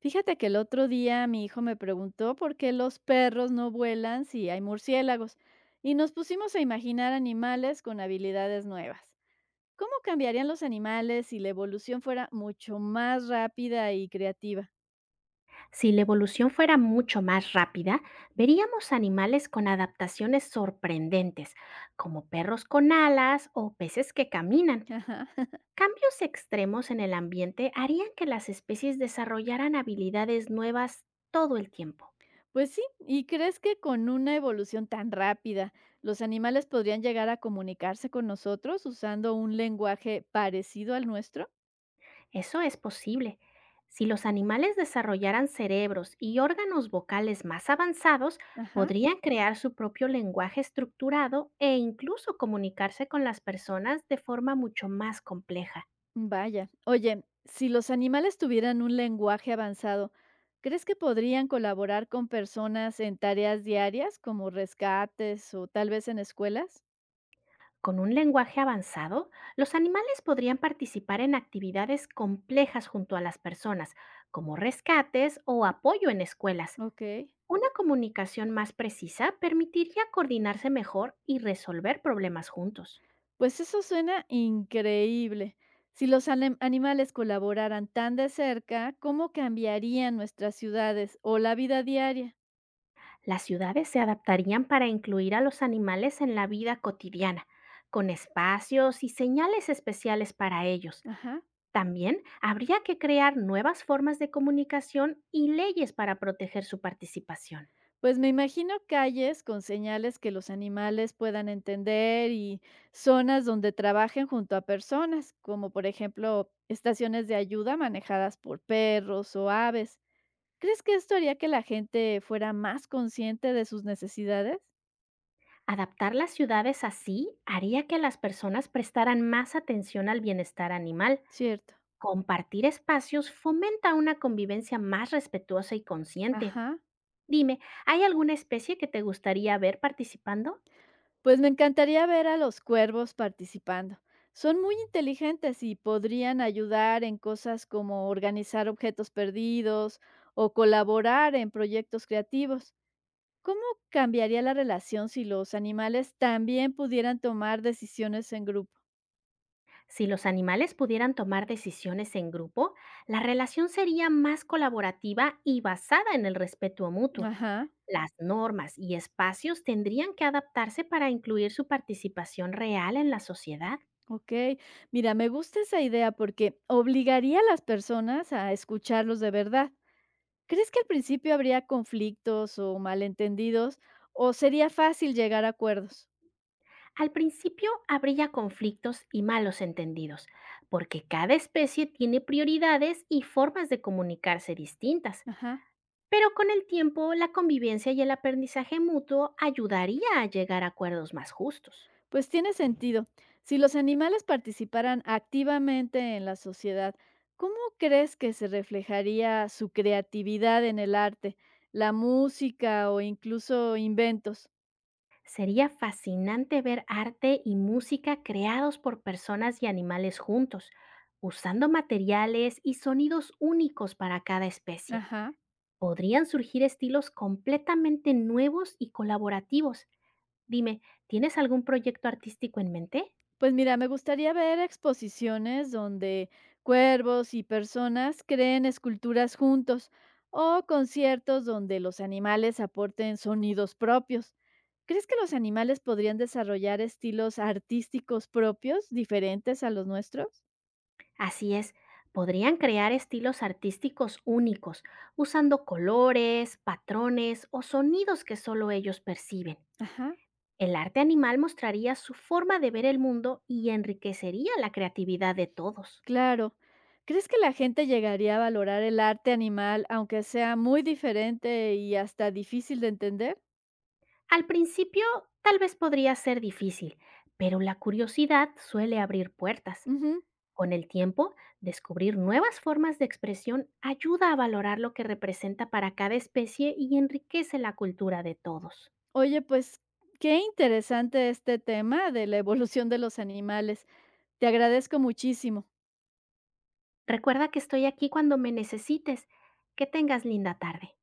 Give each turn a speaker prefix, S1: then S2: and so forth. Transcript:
S1: Fíjate que el otro día mi hijo me preguntó por qué los perros no vuelan si hay murciélagos y nos pusimos a imaginar animales con habilidades nuevas. ¿Cómo cambiarían los animales si la evolución fuera mucho más rápida y creativa?
S2: Si la evolución fuera mucho más rápida, veríamos animales con adaptaciones sorprendentes, como perros con alas o peces que caminan.
S1: Ajá.
S2: Cambios extremos en el ambiente harían que las especies desarrollaran habilidades nuevas todo el tiempo.
S1: Pues sí, ¿y crees que con una evolución tan rápida los animales podrían llegar a comunicarse con nosotros usando un lenguaje parecido al nuestro?
S2: Eso es posible. Si los animales desarrollaran cerebros y órganos vocales más avanzados,
S1: Ajá.
S2: podrían crear su propio lenguaje estructurado e incluso comunicarse con las personas de forma mucho más compleja.
S1: Vaya. Oye, si los animales tuvieran un lenguaje avanzado, ¿crees que podrían colaborar con personas en tareas diarias como rescates o tal vez en escuelas?
S2: Con un lenguaje avanzado, los animales podrían participar en actividades complejas junto a las personas, como rescates o apoyo en escuelas.
S1: Ok.
S2: Una comunicación más precisa permitiría coordinarse mejor y resolver problemas juntos.
S1: Pues eso suena increíble. Si los animales colaboraran tan de cerca, ¿cómo cambiarían nuestras ciudades o la vida diaria?
S2: Las ciudades se adaptarían para incluir a los animales en la vida cotidiana, con espacios y señales especiales para ellos.
S1: Ajá.
S2: También habría que crear nuevas formas de comunicación y leyes para proteger su participación.
S1: Pues me imagino calles con señales que los animales puedan entender y zonas donde trabajen junto a personas, como por ejemplo estaciones de ayuda manejadas por perros o aves. ¿Crees que esto haría que la gente fuera más consciente de sus necesidades?
S2: Adaptar las ciudades así haría que las personas prestaran más atención al bienestar animal.
S1: Cierto.
S2: Compartir espacios fomenta una convivencia más respetuosa y consciente.
S1: Ajá.
S2: Dime, ¿hay alguna especie que te gustaría ver participando?
S1: Pues me encantaría ver a los cuervos participando. Son muy inteligentes y podrían ayudar en cosas como organizar objetos perdidos o colaborar en proyectos creativos. ¿Cómo cambiaría la relación si los animales también pudieran tomar decisiones en grupo?
S2: Si los animales pudieran tomar decisiones en grupo, la relación sería más colaborativa y basada en el respeto mutuo.
S1: Ajá,
S2: Las normas y espacios tendrían que adaptarse para incluir su participación real en la sociedad.
S1: ok. Mira, me gusta esa idea porque obligaría a las personas a escucharlos de verdad. ¿Crees que al principio habría conflictos o malentendidos o sería fácil llegar a acuerdos?
S2: Al principio habría conflictos y malos entendidos, porque cada especie tiene prioridades y formas de comunicarse distintas,
S1: Ajá.
S2: pero con el tiempo la convivencia y el aprendizaje mutuo ayudaría a llegar a acuerdos más justos.
S1: Pues tiene sentido. Si los animales participaran activamente en la sociedad, ¿cómo crees que se reflejaría su creatividad en el arte, la música o incluso inventos?
S2: Sería fascinante ver arte y música creados por personas y animales juntos, usando materiales y sonidos únicos para cada especie.
S1: Ajá.
S2: Podrían surgir estilos completamente nuevos y colaborativos. Dime, ¿tienes algún proyecto artístico en mente?
S1: Pues mira, me gustaría ver exposiciones donde cuervos y personas creen esculturas juntos o conciertos donde los animales aporten sonidos propios. ¿Crees que los animales podrían desarrollar estilos artísticos propios diferentes a los nuestros?
S2: Así es, podrían crear estilos artísticos únicos, usando colores, patrones o sonidos que solo ellos perciben.
S1: Ajá,
S2: El arte animal mostraría su forma de ver el mundo y enriquecería la creatividad de todos.
S1: claro. ¿Crees que la gente llegaría a valorar el arte animal aunque sea muy diferente y hasta difícil de entender?
S2: Al principio, tal vez podría ser difícil, pero la curiosidad suele abrir puertas.
S1: Ujú.
S2: Con el tiempo, descubrir nuevas formas de expresión ayuda a valorar lo que representa para cada especie y enriquece la cultura de todos.
S1: Oye, pues qué interesante este tema de la evolución de los animales. Te agradezco muchísimo.
S2: Recuerda que estoy aquí cuando me necesites. Que tengas linda tarde.